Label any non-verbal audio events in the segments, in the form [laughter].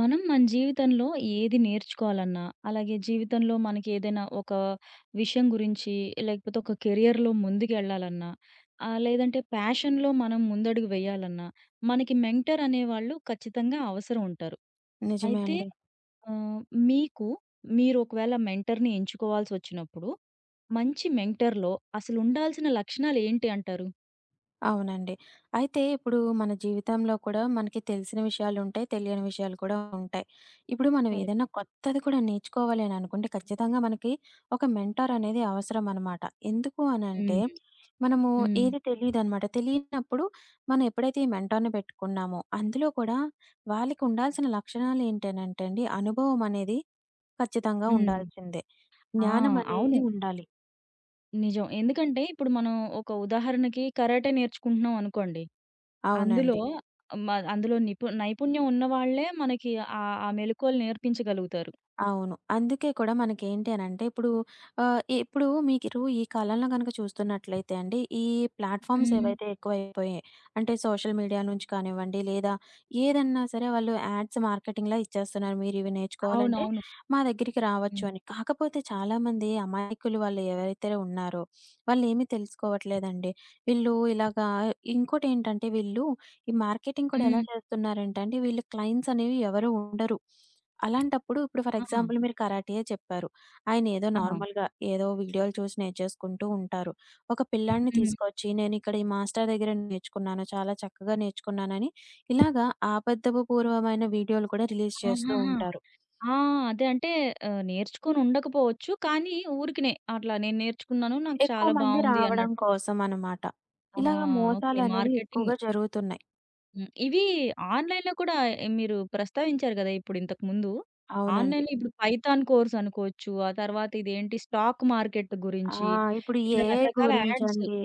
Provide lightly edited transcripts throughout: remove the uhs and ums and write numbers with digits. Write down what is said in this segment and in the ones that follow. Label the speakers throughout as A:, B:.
A: మనం మన జీవితంలో ఏది నేర్చుకోవాలన్నా, అలాగే జీవితంలో మనకి ఏదైనా ఒక విషయం గురించి, లేకపోతే ఒక కెరియర్‌లో ముందుకెళ్ళాలన్నా, లేదంటే ప్యాషన్‌లో మనం ముందడుగు వేయాలన్నా, మనకి మెంటర్ అనేవాళ్ళు ఖచ్చితంగా అవసరం ఉంటారు.
B: నిజమే
A: అయితే
B: అండి.
A: ఆహ్, మీకు మీరు ఒకవేళ మెంటర్‌ని ఎంచుకోవాల్సొచ్చినప్పుడు, మంచి మెంటర్‌లో అసలు ఉండాల్సిన లక్షణాలు ఏంటి అంటారు?
B: అవునండి. అయితే ఇప్పుడు మన జీవితంలో కూడా మనకి తెలిసిన విషయాలుంటాయి. తెలియని విషయాలు కూడా ఉంటాయి. ఇప్పుడు మనం
A: కరెక్ట్.
B: ఏదైనా కొత్తది కూడా నేర్చుకోవాలి అని అనుకుంటే ఖచ్చితంగా మనకి ఒక మెంటార్ అనేది అవసరం అనమాట. ఎందుకు అనంటే
A: హ్మ్.
B: మనము
A: హ్మ్.
B: ఏది తెలీదనమాట. తెలియనప్పుడు మనం ఎప్పుడైతే ఈ మెంటార్‌ని పెట్టుకున్నామో అందులో కూడా వాళ్ళకి ఉండాల్సిన లక్షణాలు ఏంటి అనంటే అండి, అనుభవం అనేది ఖచ్చితంగా
A: హ్మ్.
B: ఉండాల్సిందే.
A: ఆ!
B: జ్ఞానం
A: అవును.
B: అనేది ఉండాలి.
A: నిజం. ఎందుకంటే ఇప్పుడు మనం ఒక ఉదాహరణకి కరాటే నేర్చుకుంటున్నాం అనుకోండి. అందులో
B: అవునండి.
A: అందులో నైపుణ్యం ఉన్నవాళ్ళే మనకి ఆ మెళకువలు నేర్పించగలుగుతారు.
B: అవును, అందుకే కూడా మనకేంటి అనంటే ఇప్పుడు ఇప్పుడు మీరు ఈ కాలంలో గనక చూస్తున్నట్లయితే అండి, ఈ ప్లాట్‌ఫార్మ్స్
A: హ్మ్.
B: ఏవైతే ఎక్కువైపోయాయి. అంటే సోషల్ మీడియా నుంచి కానివ్వండి, లేదా ఏదన్నా సరే, వాళ్ళు యాడ్స్ మార్కెటింగ్‌లా ఇచ్చేస్తున్నారు. మీరివి నేర్చుకోవాలంటే
A: అవునవును.
B: మా దగ్గరికి
A: హ్మ్.
B: రావచ్చు అని. కాకపోతే చాలామంది అమాయకులు, వాళ్ళు ఎవరైతే ఉన్నారో, వాళ్ళేమీ తెలుసుకోవట్లేదండి. వీళ్ళు ఇలాగా ఇంకోటేంటంటే, వీళ్ళు ఈ మార్కెటింగ్ కూడా
A: హ్మ్.
B: ఎలా చేస్తున్నారంటే అండి, వీళ్ళు క్లయింట్స్ అనేవి ఎవరు ఉండరు. అలాంటప్పుడు ఇప్పుడు ఫర్
A: ఆహా!
B: ఎగ్జాంపుల్ మీరు కరాటీయే చెప్పారు. ఆయనేదో
A: ఆ!
B: నార్మల్‌గా ఏదో వీడియోలు చూసి నేర్చేసుకుంటూ ఉంటారు. ఒక పిల్లాడిని
A: హ్మ్.
B: తీసుకొచ్చి, నేనిక్కడ ఈ మాస్టర్ దగ్గర నేర్చుకున్నాను, చాలా చక్కగా నేర్చుకున్నానని ఇలాగా ఆబద్ధపు పూర్వమైన వీడియోలు కూడా రిలీజ్ చేస్తూ
A: ఆహాహా!
B: ఉంటారు.
A: ఆ! అదే అంటే నేర్చుకొని ఉండకపోవచ్చు. కానీ ఊరికినే అట్లా నేను నేర్చుకున్నాను. నాకు
B: ఎక్కువ
A: చాలా
B: మంది
A: బావుంది
B: రావడం
A: అన్నట్టు.
B: కోసం అనమాట.
A: ఆ!
B: ఇలాగ
A: ఓకే.
B: మోసాలనేవి
A: మార్కెటింగ్.
B: ఎక్కువగా జరుగుతున్నాయి.
A: హ్మ్. ఇవి ఆన్‌లైన్‌లో కూడా మీరు ప్రస్తావించారు కదా! ఇప్పుడు ఇంతకుముందు.
B: అవునండి.
A: ఆన్‌లైన్‌లో ఇప్పుడు పైథాన్ కోర్స్ అనుకోవచ్చు. ఆ తర్వాత ఇదేంటి స్టాక్ మార్కెట్
B: ఆ!
A: గురించి
B: ఇప్పుడు ఈ
A: ఇట్లా
B: ఏఐ
A: రకరకాల యాడ్స్.
B: గురించండి.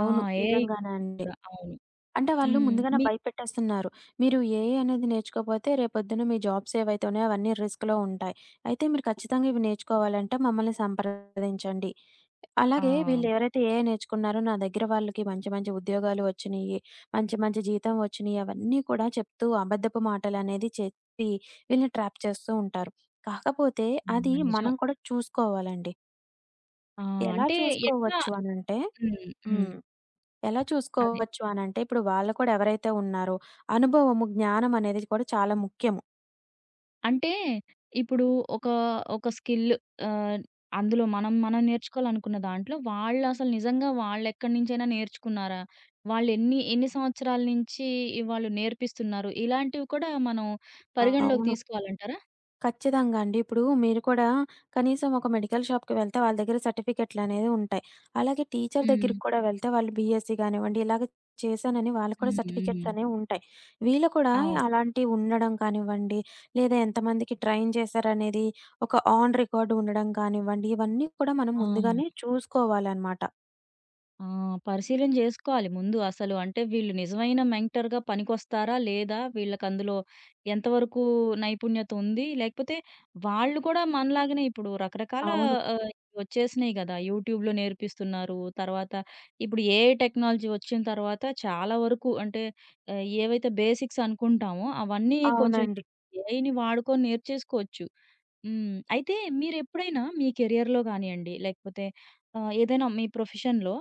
A: ఆ! ఏఐ
B: నిజంగానే అండి.
A: కూడా అవును.
B: అంటే వాళ్ళు
A: హ్మ్.
B: ముందుగానే
A: మీ
B: భయపెట్టేస్తున్నారు. మీరు ఏఐ అనేది నేర్చుకోపోతే రేపొద్దున మీ జాబ్స్ ఏవైతే ఉన్నాయో అవన్నీ రిస్క్‌లో ఉంటాయి. అయితే మీరు ఖచ్చితంగా ఇవి నేర్చుకోవాలంటే మమ్మల్ని సంప్రదించండి.
A: ఆ!
B: అలాగే వీళ్ళెవరైతే ఏఐ నేర్చుకున్నారో నా దగ్గర, వాళ్ళకి మంచి మంచి ఉద్యోగాలు వచ్చినియి, మంచి మంచి జీతం వచ్చినియి, అవన్నీ కూడా చెప్తూ అబద్ధపు మాటలనేది చెప్పి వీళ్ళని ట్రాప్ చేస్తూ ఉంటారు. కాకపోతే అది
A: హ్మ్. నిజం.
B: మనం కూడా చూసుకోవాలండి.
A: ఆ!
B: ఎలా
A: అంటే ఎట్లా
B: చూసుకోవచ్చు అనంటే
A: హ్మ్. హ్మ్.
B: హ్మ్. ఎలా
A: అదే.
B: చూసుకోవచ్చు అనంటే, ఇప్పుడు వాళ్ళు కూడా ఎవరైతే ఉన్నారో, అనుభవము, జ్ఞానం అనేది కూడా చాలా ముఖ్యము.
A: అంటే ఇప్పుడు ఒక, ఒక స్కిల్, ఆహ్, అందులో మనం నేర్చుకోవాలనుకున్న దాంట్లో వాళ్ళసలు నిజంగా వాళ్ళెక్కడి నుంచైనా నేర్చుకున్నారా? వాళ్ళెన్ని ఎన్ని ఎన్ని సంవత్సరాల నుంచి వాళ్ళు నేర్పిస్తున్నారు? ఇలాంటివి కూడా మనం పరిగణలోకి
B: అవును,
A: తీసుకోవాలంటారా?
B: ఖచ్చితంగా అండి. ఇప్పుడు మీరు కూడా కనీసం ఒక మెడికల్ షాప్‌కి వెళ్తే వాళ్ళ దగ్గర సర్టిఫికెట్‌లనేవి ఉంటాయి. అలాగే టీచర్
A: హ్మ్.
B: దగ్గరికి కూడా వెళ్తే వాళ్ళు బీఎస్సీ గానివ్వండి, ఇలాగ చేశానని వాళ్ళకి కూడా
A: హ్మ్.
B: సర్టిఫికెట్స్
A: హ్మ్.
B: అనేవి ఉంటాయి. వీళ్ళు కూడా
A: అవును.
B: అలాంటివి ఉండడం కానివ్వండి, లేదా ఎంతమందికి ట్రైన్ చేశారనేది ఒక ఆన్ రికార్డ్ ఉండడం కానివ్వండి, ఇవన్నీ కూడా మనం
A: ఆ!
B: ముందుగానే చూసుకోవాలనమాట.
A: ఆ! పరిశీలన జేసుకోవాలి ముందు అసలు. అంటే వీళ్ళు నిజమైన మెంటర్‌గా పనికొస్తారా? లేదా? వీళ్ళకందులో ఎంతవరకు నైపుణ్యత ఉంది? లేకపోతే వాళ్ళు కూడా మనలాగనే ఇప్పుడు రకరకాల
B: అవును.
A: ఆహ్, వచ్చేసినాయి గదా! యూట్యూబ్‌లో నేర్పిస్తున్నారు. తర్వాత ఇప్పుడు ఏఐ టెక్నాలజీ వచ్చిన తర్వాత చాలా వరకు అంటే ఏవైతే బేసిక్స్ అనుకుంటామో అవన్నీ కొంచెం
B: అవునండి.
A: ఏఐని వాడుకొని నేర్చేసుకోవచ్చు. హ్మ్. అయితే మీరెప్పుడైనా మీ కెరియర్‌లో గానియండి, లేకపోతే ఏదైనా మీ ప్రొఫెషన్‌లో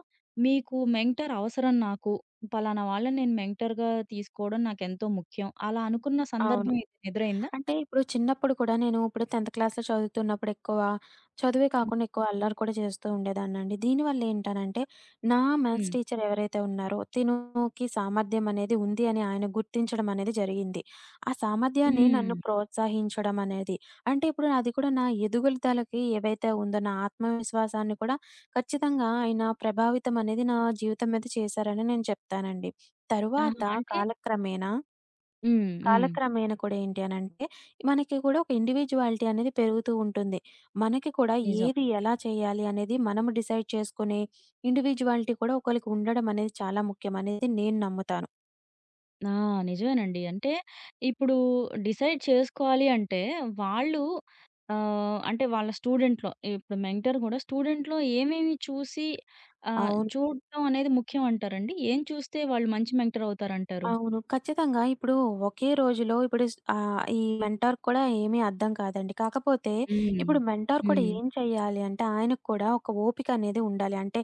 A: మీకు మెంటర్ అవసరం నాకు, పలానా వాళ్ళని నేను మెంటర్‌గా తీసుకోవడం నాకెంతో ముఖ్యం. అలా అనుకున్న
B: అవును,
A: సందర్భం ఏదైనా ఎదురైందా?
B: అంటే ఇప్పుడు చిన్నప్పుడు కూడా నేను ఇప్పుడు 10థ్ క్లాస్‌లో చదువుతున్నప్పుడు ఎక్కువ చదువే కాకుండా ఎక్కువ అల్లరి కూడా చేస్తూ ఉండేదాన్నండి. దీనివల్ల ఏంటనంటే నా మ్యాథ్స్
A: హ్మ్.
B: టీచర్ ఎవరైతే ఉన్నారో తినుకి సామర్థ్యం అనేది ఉంది అని ఆయన గుర్తించడం అనేది జరిగింది. ఆ సామర్థ్యాన్ని
A: హ్మ్.
B: నన్ను ప్రోత్సహించడం అనేది, అంటే ఇప్పుడు అది కూడా నా ఎదుగుదలకి ఏవైతే ఉందో, నా ఆత్మవిశ్వాసాన్ని కూడా ఖచ్చితంగా ఆయన ప్రభావితం అనేది నా జీవితం మీద చేశారని నేను చెప్తానండి. తరువాత
A: ఆహా! అంటే
B: కాలక్రమేణా
A: హ్మ్. హ్మ్.
B: కాలక్రమేణా కూడా ఏంటి అనంటే, మనకి కూడా ఒక ఇండివిడ్యువాలిటీ అనేది పెరుగుతూ ఉంటుంది. మనకి కూడా
A: నిజం.
B: ఏది ఎలా చేయాలి అనేది మనం డిసైడ్ చేసుకునే ఇండివిడ్యువాలిటీ కూడా ఒకళ్ళకి ఉండడం అనేది చాలా ముఖ్యం అనేది నేను నమ్ముతాను.
A: ఆ! నిజమేనండి. అంటే ఇప్పుడు డిసైడ్ చేసుకోవాలి అంటే వాళ్ళు అంటే వాళ్ళ స్టూడెంట్‌లో ఇప్పుడు మెంటర్ గూడా స్టూడెంట్‌లో ఏమేమి చూసి
B: అవును.
A: చూడటం అనేది ముఖ్యం అంటారండి? ఏం చూస్తే వాళ్ళు మంచి మెంటర్ అవుతారంటారు?
B: అవును, ఖచ్చితంగా. ఇప్పుడు ఒకే రోజులో ఇప్పుడు ఈ మెంటార్‌కి కూడా ఏమీ అర్థం కాదండి. కాకపోతే
A: హ్మ్.
B: ఇప్పుడు మెంటార్ కూడా
A: హ్మ్.
B: ఏం చేయాలి అంటే, ఆయనకు కూడా ఒక ఓపిక అనేది ఉండాలి. అంటే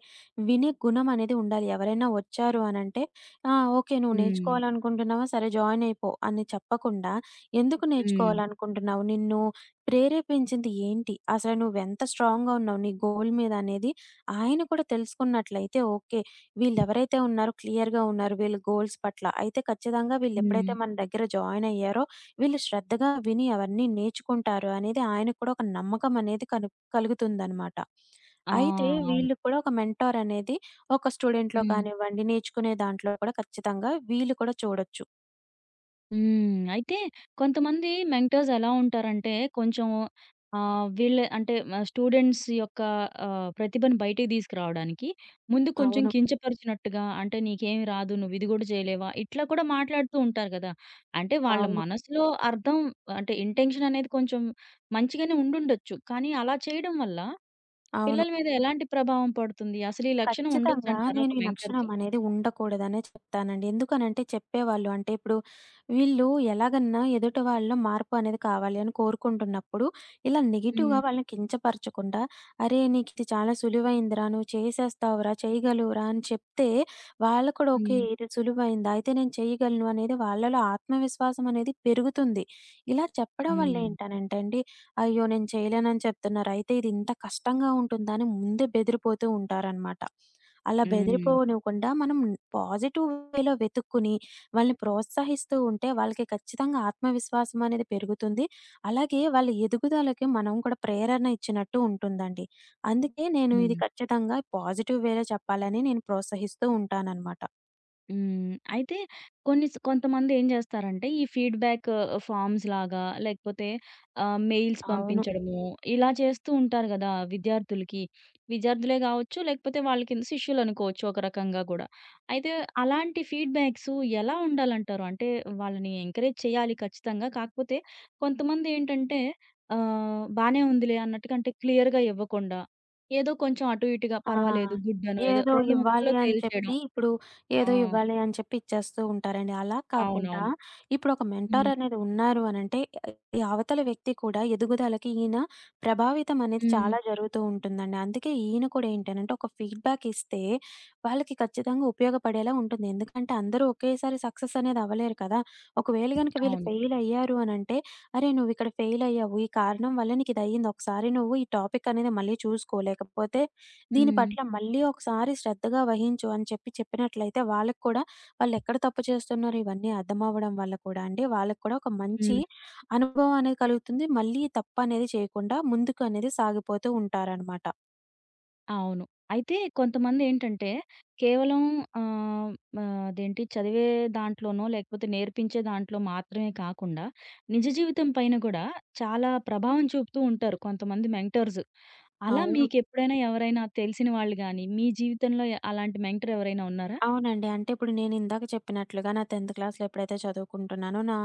B: వినే గుణం అనేది ఉండాలి. ఎవరైనా వచ్చారు అనంటే, ఆ! ఓకే, నువ్వు
A: హ్మ్.
B: నేర్చుకోవాలనుకుంటున్నావా? సరే జాయిన్ అయిపో అని చెప్పకుండా, ఎందుకు
A: హ్మ్.
B: నేర్చుకోవాలనుకుంటున్నావు? నిన్ను ప్రేరేపించింది ఏంటి? అసలు నువ్వెంత స్ట్రాంగ్‌గా ఉన్నావు నీ గోల్ మీద అనేది ఆయన కూడా తెలుసుకున్నట్లయితే ఓకే. వీళ్ళెవరైతే ఉన్నారో క్లియర్‌గా ఉన్నారు వీళ్ళ గోల్స్ పట్ల. అయితే ఖచ్చితంగా
A: హ్మ్.
B: వీళ్ళెప్పుడైతే మన దగ్గర జాయిన్ అయ్యారో, వీళ్ళు శ్రద్ధగా విని అవన్నీ నేర్చుకుంటారు అనేది ఆయనకు కూడా ఒక నమ్మకం అనేది కలుగుతుందనమాట.
A: ఆ!
B: అయితే
A: అవును.
B: వీళ్ళు కూడా ఒక మెంటార్ అనేది ఒక స్టూడెంట్‌లో
A: హ్మ్.
B: కానివ్వండి, నేర్చుకునే దాంట్లో కూడా ఖచ్చితంగా వీళ్ళు కూడా చూడొచ్చు.
A: హ్మ్. అయితే కొంతమంది మెంటర్స్ ఎలా ఉంటారంటే, కొంచెం వీళ్ళే అంటే స్టూడెంట్స్ యొక్క ప్రతిభను బయటికి తీసుకురావడానికి ముందు కొంచెం
B: అవును.
A: కించపరిచినట్టుగా అంటే "నీకేమి రాదు, నువ్వు ఇది గూడా చేయలేవా?" ఇట్లా కూడా మాట్లాడుతూ ఉంటారు గదా! అంటే వాళ్ళ
B: అవును.
A: మనసులో అర్థం, అంటే ఇంటెన్షన్ అనేది కొంచెం మంచిగానే ఉండుండొచ్చు. కానీ అలా చేయడం వల్ల
B: అవును,
A: పిల్లల మీద ఎలాంటి ప్రభావం పడుతుంది? అసలు ఈ లక్షణం
B: ఖచ్చితంగా
A: ఉండొచ్చంటారా
B: నేను
A: ఒక
B: ఈ లక్షణం
A: మెంటర్‌కి?
B: అనేది ఉండకూడదనే చెప్తానండి. ఎందుకనంటే చెప్పేవాళ్ళు అంటే ఇప్పుడు వీళ్ళు ఎలాగన్నా ఎదుటి వాళ్ళలో మార్పు అనేది కావాలి అని కోరుకుంటున్నప్పుడు ఇలా నెగెటివ్‌గా
A: హ్మ్.
B: వాళ్ళని కించపరచకుండా, "అరే! నీకిది చాలా సులువైందిరా, నువ్వు చేసేస్తావురా, చేయగలవురా" అని చెప్తే వాళ్ళకి కూడా ఓకే,
A: హ్మ్.
B: ఇది సులువైందా? అయితే నేను చేయగలను అనేది వాళ్ళలో ఆత్మవిశ్వాసం అనేది పెరుగుతుంది. ఇలా చెప్పడం వల్ల
A: హ్మ్.
B: ఏంటనంటే అండి, అయ్యో! నేను చేయలేనని చెప్తున్నారు. అయితే ఇది ఇంత కష్టంగా ఉంటుందా అని ముందే బెదిరిపోతూ ఉంటారనమాట. అలా
A: హ్మ్.
B: బెదిరిపోనివ్వకుండా మనం పాజిటివ్ వేలో వెతుక్కుని వాళ్ళని ప్రోత్సహిస్తూ ఉంటే వాళ్ళకి ఖచ్చితంగా ఆత్మవిశ్వాసం అనేది పెరుగుతుంది. అలాగే వాళ్ళ ఎదుగుదలకి మనం కూడా ప్రేరణ ఇచ్చినట్టు ఉంటుందండి. అందుకే నేను ఇది
A: హ్మ్.
B: ఖచ్చితంగా పాజిటివ్ వేలో చెప్పాలని నేను ప్రోత్సహిస్తూ ఉంటాననమాట.
A: హ్మ్. అయితే కొన్ని స్ కొంతమంది ఏం చేస్తారంటే, ఈ ఫీడ్‌బ్యాక్ ఫార్మ్స్ లాగా లేకపోతే మెయిల్స్
B: అవును.
A: పంపించడము, ఇలా చేస్తూ ఉంటారు గదా! విద్యార్థులకి. విద్యార్థులే గావచ్చు, లేకపోతే వాళ్ళ కింద శిష్యులు అనుకోవచ్చు ఒక రకంగా గూడా. అయితే అలాంటి ఫీడ్‌బ్యాక్స్ ఎలా ఉండాలంటారు? అంటే వాళ్ళని ఎంకరేజ్ చేయాలి ఖచ్చితంగా. కాకపోతే కొంతమంది ఏంటంటే బానే ఉందిలే అన్నట్టుగా అంటే క్లియర్‌గా ఇవ్వకుండా, ఏదో కొంచెం అటు ఇటుగా
B: ఆ!
A: పర్వాలేదు గుడ్ అనో ఏదో
B: ఏదో
A: 2
B: ఇవ్వాలి
A: ముక్కల్లో
B: అని
A: తేల్చేయడం.
B: చెప్పి ఇప్పుడు
A: ఆ!
B: ఏదో ఇవ్వాలి అని చెప్పి ఇచ్చేస్తూ ఉంటారండి. అలా కాకుండా
A: అవునవును.
B: ఇప్పుడొక మెంటార్
A: హ్మ్.
B: అనేది ఉన్నారు అనంటే, ఈ అవతలి వ్యక్తి కూడా ఎదుగుదలకి ఈయన ప్రభావితం అనేది
A: హ్మ్.
B: చాలా జరుగుతూ ఉంటుందండి. అందుకే ఈయన కూడా ఏంటనంటే ఒక ఫీడ్‌బ్యాక్ ఇస్తే వాళ్ళకి ఖచ్చితంగా ఉపయోగపడేలా ఉంటుంది. ఎందుకంటే అందరూ ఒకేసారి సక్సెస్ అనేది అవ్వలేరు కదా! ఒకవేళ గనుక వీళ్ళు
A: అవును.
B: ఫెయిల్ అయ్యారు అనంటే, "అరే! నువ్వు ఇక్కడ ఫెయిల్ అయ్యావు. ఈ కారణం వల్ల నీకిదయ్యింది. ఒకసారి నువ్వు ఈ టాపిక్ అనేది మళ్ళీ చూసుకో, లేకపోతే దీని
A: హ్మ్.
B: పట్ల మళ్ళీ ఒకసారి శ్రద్ధగా వహించు" అని చెప్పి చెప్పినట్లయితే వాళ్ళకి కూడా వాళ్ళెక్కడ తప్పు చేస్తున్నారో ఇవన్నీ అర్థమవ్వడం వల్ల కూడా అండి, వాళ్ళకి కూడా ఒక మంచి
A: హ్మ్.
B: అనుభవం అనేది కలుగుతుంది. మళ్ళీ ఈ తప్పు అనేది చేయకుండా ముందుకు అనేది సాగిపోతూ ఉంటారనమాట.
A: అవును. అయితే కొంతమందేంటంటే కేవలం ఆహ్, ఆహ్, అదేంటి చదివే దాంట్లోనో, లేకపోతే నేర్పించే దాంట్లో మాత్రమే కాకుండా నిజ జీవితం పైన గూడా చాలా ప్రభావం చూపుతూ ఉంటారు కొంతమంది మెంటర్స్. అలా
B: అవును.
A: మీకెప్పుడైనా ఎవరైనా తెలిసిన వాళ్ళు గాని, మీ జీవితంలో అలాంటి మెంటర్ ఎవరైనా ఉన్నారా?
B: అవునండి. అంటే ఇప్పుడు నేనిందాక చెప్పినట్లుగా, నా 10థ్ క్లాస్‌లో ఎప్పుడైతే చదువుకుంటున్నానో, నా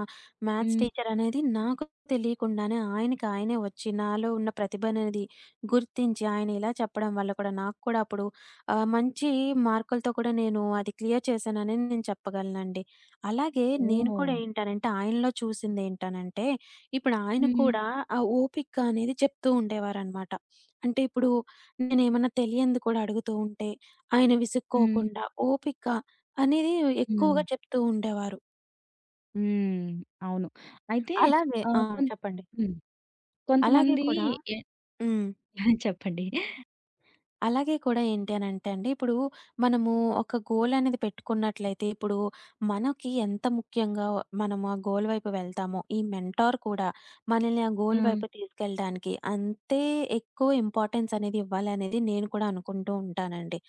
B: మ్యాథ్స్
A: హ్మ్.
B: టీచర్ అనేది నాకు తెలియకుండానే ఆయనకి ఆయనే వచ్చి, నాలో ఉన్న ప్రతిభననేది గుర్తించి, ఆయన ఇలా చెప్పడం వల్ల కూడా నాకు కూడా అప్పుడు మంచి మార్కులతో కూడా నేను అది క్లియర్ చేశానని నేను చెప్పగలనండి. అలాగే నేను
A: ఓహ్!
B: కూడా ఏంటనంటే, ఆయనలో చూసిందేంటనంటే, ఇప్పుడు ఆయన
A: హ్మ్.
B: కూడా ఆ ఓపిక అనేది చెప్తూ ఉండేవారనమాట. అంటే ఇప్పుడు నేనేమన్నా తెలియంది కూడా అడుగుతూ ఉంటే ఆయన
A: హ్మ్.
B: విసుక్కోకుండా, ఓపిక అనేది
A: హ్మ్.
B: ఎక్కువగా చెప్తూ ఉండేవారు.
A: హ్మ్. అవును. అయితే
B: అలాగే ఆ!
A: ఆహ్, కొన్
B: చెప్పండి.
A: హ్మ్.
B: అలాగే
A: కొంతమంది
B: కూడా
A: ఎ
B: హ్మ్.
A: [laughs] చెప్పండి.
B: అలాగే కూడా ఏంటి అనంటే అండి, ఇప్పుడు మనము ఒక గోల్ అనేది పెట్టుకున్నట్లయితే, ఇప్పుడు మనకి ఎంత ముఖ్యంగా మనం ఆ గోల్ వైపు వెళ్తామో, ఈ మెంటార్ కూడా మనల్ని ఆ గోల్
A: హ్మ్.
B: వైపు తీసుకెళ్ళడానికి అంతే ఎక్కువ ఇంపార్టెన్స్ అనేది ఇవ్వాలనేది నేను కూడా అనుకుంటూ ఉంటానండి.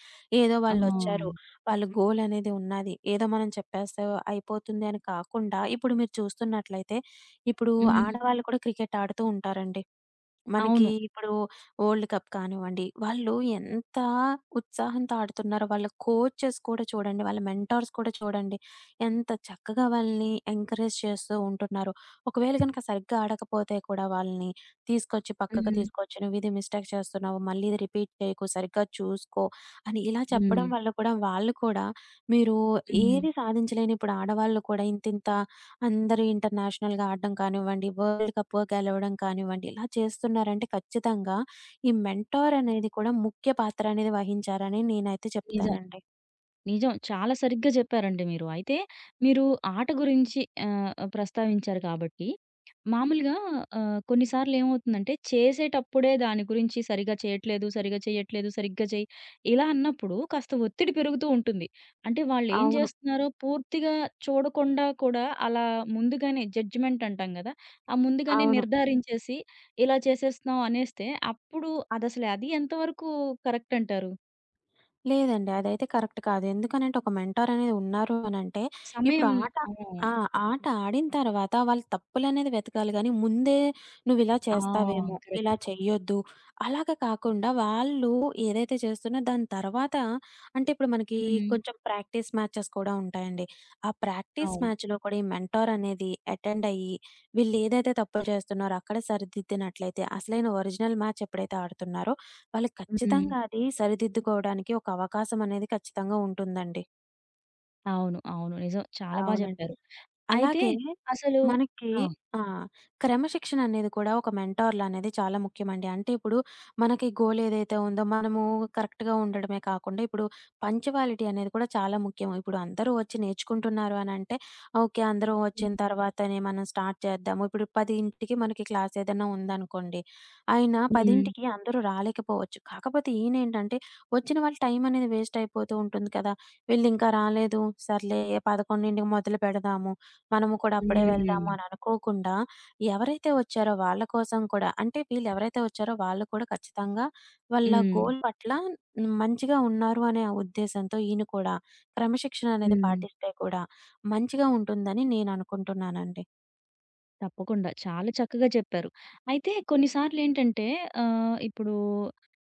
B: ఏదో
A: ఆ!
B: వాళ్ళొచ్చారు, వాళ్ళ గోల్ అనేది ఉన్నది, ఏదో మనం చెప్పేస్తే అయిపోతుంది అని కాకుండా, ఇప్పుడు మీరు చూస్తున్నట్లయితే ఇప్పుడు
A: హ్మ్.
B: ఆడవాళ్ళు కూడా క్రికెట్ ఆడుతూ ఉంటారండి. మనకి
A: అవును.
B: ఇప్పుడు వరల్డ్ కప్ కానివ్వండి, వాళ్ళు ఎంత ఉత్సాహంతో ఆడుతున్నారో, వాళ్ళ కోచెస్ కూడా చూడండి, వాళ్ళ మెంటార్స్ కూడా చూడండి, ఎంత చక్కగా వాళ్ళని ఎంకరేజ్ చేస్తూ ఉంటున్నారు. ఒకవేళ గనక సరిగ్గా ఆడకపోతే కూడా వాళ్ళని తీసుకొచ్చి పక్కకు
A: హ్మ్.
B: తీసుకొచ్చి, "నువ్విది మిస్టేక్ చేస్తున్నావు, మళ్ళీ ఇది రిపీట్ చేయకు, సరిగ్గా చూసుకో" అని ఇలా
A: హ్మ్.
B: చెప్పడం వల్ల కూడా, వాళ్ళు కూడా మీరు
A: హ్మ్.
B: ఏది సాధించలేని ఇప్పుడు ఆడవాళ్ళు కూడా ఇంతింత అందరూ ఇంటర్నేషనల్‌గా ఆడడం కానివ్వండి, వరల్డ్ కప్ గెలవడం కానివ్వండి, ఇలా చేస్తున్నారంటే ఖచ్చితంగా ఈ మెంటార్
A: అవును.
B: అనేది కూడా ముఖ్య పాత్ర అనేది వహించారని నేనైతే
A: నిజం.
B: చెప్తానండి.
A: నిజం. చాలా సరిగ్గా జెప్పారండి మీరు. అయితే మీరు ఆట గురించి ప్రస్తావించారు కాబట్టి, మామూలుగా కొన్నిసార్లు ఏమవుతుందంటే చేసేటప్పుడే దాని గురించి సరిగ్గా చేయట్లేదు, సరిగ్గా చేయట్లేదు, సరిగ్గా చెయ్యి ఇలా అన్నప్పుడు కాస్త ఒత్తిడి పెరుగుతూ ఉంటుంది. అంటే వాళ్ళేం
B: అవును.
A: జేస్తున్నారో పూర్తిగా చూడకుండా కూడా అలా ముందుగానే జడ్జ్‌మెంట్ అంటాం గదా! ఆ ముందుగానే
B: అవును.
A: నిర్ధారించేసి ఇలా చేసేస్తున్నాం అనేస్తే అప్పుడు అది ఎంతవరకు కరెక్ట్ అంటారు?
B: లేదండి, అదైతే కరెక్ట్ కాదు. ఎందుకనంటే ఒక మెంటార్ అనేది ఉన్నారు అనంటే, ఇప్పుడు
A: సమయం
B: ఆట
A: ఆ!
B: ఆ! ఆట ఆడిన తర్వాత వాళ్ళు తప్పులనేది వెతకాలి గానీ, ముందే నువ్విలా
A: ఆ!
B: చేస్తావేమో,
A: కరెక్ట్.
B: ఇలా చెయ్యొద్దు అలాగా కాకుండా, వాళ్ళు ఏదైతే చేస్తున్నా దాని తర్వాత, అంటే ఇప్పుడు మనకి
A: హ్మ్.
B: కొంచెం ప్రాక్టీస్ మ్యాచెస్ కూడా ఉంటాయండి. ఆ ప్రాక్టీస్
A: అవును.
B: మ్యాచ్‌లో కూడా ఈ మెంటార్ అనేది అటెండ్ అయ్యి, వీళ్ళేదైతే తప్పులు చేస్తున్నారో అక్కడే సరిదిద్దినట్లయితే అసలైన ఒరిజినల్ మ్యాచ్ ఎప్పుడైతే ఆడుతున్నారో వాళ్ళకి
A: హ్మ్.
B: ఖచ్చితంగా అది సరిదిద్దుకోవడానికి ఒక అవకాశం అనేది ఖచ్చితంగా ఉంటుందండి.
A: అవును. అవును. నిజం. చాలా
B: అవునండి.
A: చెప్పారు. అయితే
B: అలాగే
A: అసలు
B: మనకి
A: ఆ!
B: ఆ! క్రమశిక్షణ అనేది కూడా ఒక మెంటార్‌లా అనేది చాలా ముఖ్యమండి. అంటే ఇప్పుడు మనకి గోల్ ఏదైతే ఉందో, మనము కరెక్ట్‌గా ఉండడమే కాకుండా ఇప్పుడు పంక్చువాలిటీ అనేది కూడా చాలా ముఖ్యం. ఇప్పుడు అందరూ వచ్చి నేర్చుకుంటున్నారు అనంటే ఓకే, అందరూ వచ్చిన
A: హ్మ్.
B: తర్వాతనే మనం స్టార్ట్ చేద్దాము. ఇప్పుడు 10కి మనకి క్లాస్ ఏదైనా ఉందనుకోండి. అయినా
A: హ్మ్.
B: 10కి అందరూ రాలేకపోవచ్చు. కాకపోతే ఈయనేంటంటే వచ్చిన వాళ్ళ టైం అనేది వేస్ట్ అయిపోతూ ఉంటుంది కదా! వీళ్ళింకా రాలేదు, సర్లే 11కి మొదలు పెడదాము, మనము కూడా అప్పుడే వెళ్దాము అని అనుకోకుండా, ఎవరైతే వచ్చారో వాళ్ళ కోసం కూడా, అంటే వీళ్ళెవరైతే వచ్చారో వాళ్ళు కూడా ఖచ్చితంగా వాళ్ళ
A: హ్మ్.
B: గోల్ పట్ల మంచిగా ఉన్నారు అనే ఉద్దేశంతో ఈయన కూడా క్రమశిక్షణ అనేది
A: హ్మ్.
B: పాటిస్తే కూడా మంచిగా ఉంటుందని నేననుకుంటున్నానండి.
A: తప్పకుండా. చాలా చక్కగా చెప్పారు. అయితే కొన్ని సార్లేంటంటే ఇప్పుడు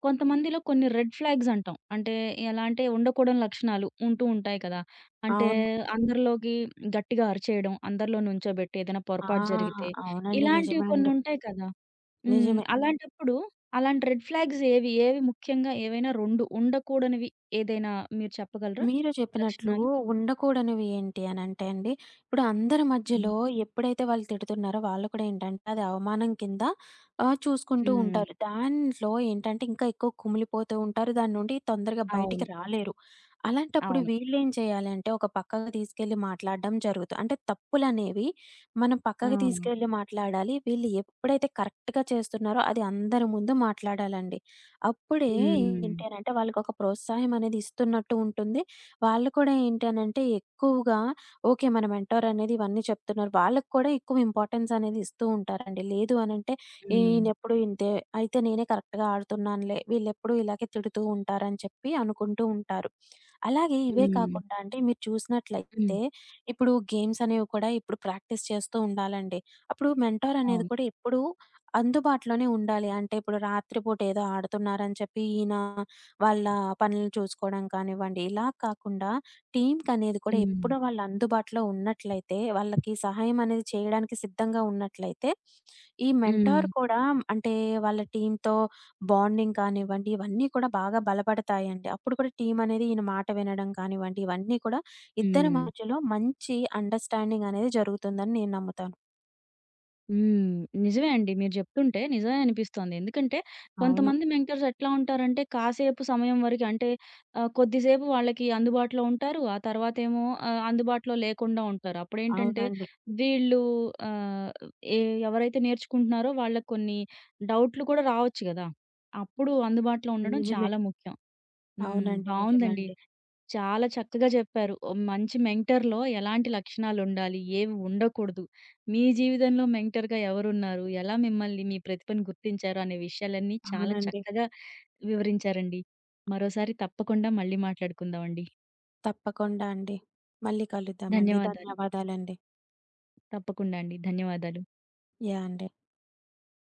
A: కొంతమందిలో కొన్ని రెడ్ ఫ్లాగ్స్ అంటాం. అంటే ఎలా అంటే ఉండకూడని లక్షణాలు ఉంటూ ఉంటాయి కదా! అంటే
B: అవును.
A: అందరిలోకి గట్టిగా అరిచేయడం, అందరిలో నుంచోబెట్టి ఏదైనా
B: ఆ!
A: పొరపాటు జరిగితే
B: అవునండి,
A: ఇలాంటివి
B: నిజమే
A: కొన్ని
B: అండి.
A: ఉంటాయి కదా! హ్మ్. హ్మ్.
B: నిజమే.
A: అలాంటప్పుడు అలాంటి రెడ్ ఫ్లాగ్స్ ఏవి? ఏవి ముఖ్యంగా ఏవైనా 2 ఉండకూడనివి ఏదైనా మీరు చెప్పగలరా?
B: మీరు చెప్పినట్లు
A: లక్షణాలు?
B: ఉండకూడనివి ఏంటి అనంటే అండి, ఇప్పుడు అందరి
A: హ్మ్.
B: మధ్యలో ఎప్పుడైతే వాళ్ళు తిడుతున్నారో, వాళ్ళు కూడా ఏంటంటే అది అవమానం కింద చూసుకుంటూ
A: హ్మ్.
B: ఉంటారు. దాంట్లో ఏంటంటే ఇంకా ఎక్కువ కుమిలిపోతూ ఉంటారు. దాని నుండి తొందరగా
A: అవును.
B: బయటికి రాలేరు. అలాంటప్పుడు
A: అవును.
B: వీళ్ళేం చేయాలి అంటే ఒక పక్కకు తీసుకెళ్ళి మాట్లాడడం జరుగుతు, అంటే తప్పులనేవి మనం
A: ఆ!
B: పక్కకు తీసుకెళ్ళి మాట్లాడాలి. వీళ్ళు ఎప్పుడైతే కరెక్ట్‌గా చేస్తున్నారో అది అందరి ముందు మాట్లాడాలండి. అప్పుడే
A: హ్మ్.
B: ఏంటి అనంటే వాళ్ళకొక ప్రోత్సాహం అనేది ఇస్తున్నట్టు ఉంటుంది. వాళ్ళు కూడా ఏంటి అనంటే ఎక్కువగా ఓకే, మన మెంటార్ అనేది ఇవన్నీ చెప్తున్నారు, వాళ్ళకి కూడా ఎక్కువ ఇంపార్టెన్స్ అనేది ఇస్తూ ఉంటారండి. లేదు అనంటే
A: హ్మ్.
B: ఈయనెప్పుడు ఇంతే, అయితే నేనే కరెక్ట్‌గా ఆడుతున్నానులే, వీళ్ళెప్పుడు ఇలాగే తిడుతూ ఉంటారని చెప్పి అనుకుంటూ ఉంటారు. అలాగే ఇవే
A: హ్మ్.
B: కాకుండా అండి, మీరు
A: హ్మ్.
B: చూసినట్లయితే ఇప్పుడు గేమ్స్ అనేవి కూడా ఇప్పుడు ప్రాక్టీస్ చేస్తూ ఉండాలండి. అప్పుడు మెంటార్ అనేది
A: అవును.
B: కూడా ఎప్పుడూ అందుబాటులోనే ఉండాలి. అంటే ఇప్పుడు రాత్రిపూట ఏదో ఆడుతున్నారని చెప్పి ఈయన వాళ్ళ పనులను చూసుకోవడం కానివ్వండి, ఇలా కాకుండా టీమ్‌కనేది కూడా
A: హ్మ్.
B: ఎప్పుడు వాళ్ళు అందుబాటులో ఉన్నట్లయితే, వాళ్ళకి సహాయం అనేది చేయడానికి సిద్ధంగా ఉన్నట్లయితే, ఈ
A: హ్మ్.
B: మెంటార్ కూడా, అంటే వాళ్ళ టీమ్‌తో బాండింగ్ కానివ్వండి, ఇవన్నీ కూడా బాగా బలపడతాయండి. అప్పుడు కూడా టీమ్ అనేది ఈయన మాట వినడం కానివ్వండి, ఇవన్నీ కూడా ఇద్దరి
A: హ్మ్.
B: మధ్యలో మంచి అండర్‌స్టాండింగ్ అనేది జరుగుతుందని నేను నమ్ముతాను.
A: హ్మ్. నిజమే అండి. మీరు జెప్తుంటే నిజమే అనిపిస్తోంది. ఎందుకంటే
B: అవును.
A: కొంతమంది మెంటర్స్ ఎట్లా ఉంటారంటే కాసేపు సమయం వరకు అంటే కొద్దిసేపు వాళ్ళకి అందుబాటులో ఉంటారు. ఆ తర్వాతేమో అందుబాటులో లేకుండా ఉంటారు. అప్పుడేంటంటే
B: అవునండి.
A: వీళ్ళు ఆహ్, ఎ ఎవరైతే నేర్చుకుంటున్నారో వాళ్ళకి కొన్ని డౌట్లు కూడా రావచ్చు గదా! అప్పుడు అందుబాటులో ఉండడం
B: నిజమే.
A: చాలా ముఖ్యం. హ్మ్.
B: అవునండి, నిజమే
A: బావుందండి.
B: అండి.
A: చాలా చక్కగా చెప్పారు. ఓ మంచి మెంటర్‌లో ఎలాంటి లక్షణాలుండాలి? ఏవి ఉండకూడదు? మీ జీవితంలో మెంటర్‌గా ఎవరున్నారు? ఎలా మిమ్మల్ని మీ ప్రతిభను గుర్తించారు? అనే విషయాలన్నీ చాలా
B: అవునండి.
A: చక్కగా వివరించారండి. మరోసారి తప్పకుండా మళ్ళీ మాట్లాడుకుందామండి.
B: తప్పకుండా అండి. మళ్ళీ కలుద్దామండి.
A: ధన్యవాదాలు.
B: ధన్యవాదాలండి.
A: తప్పకుండా అండి. ధన్యవాదాలు.
B: యాహ్! అండి.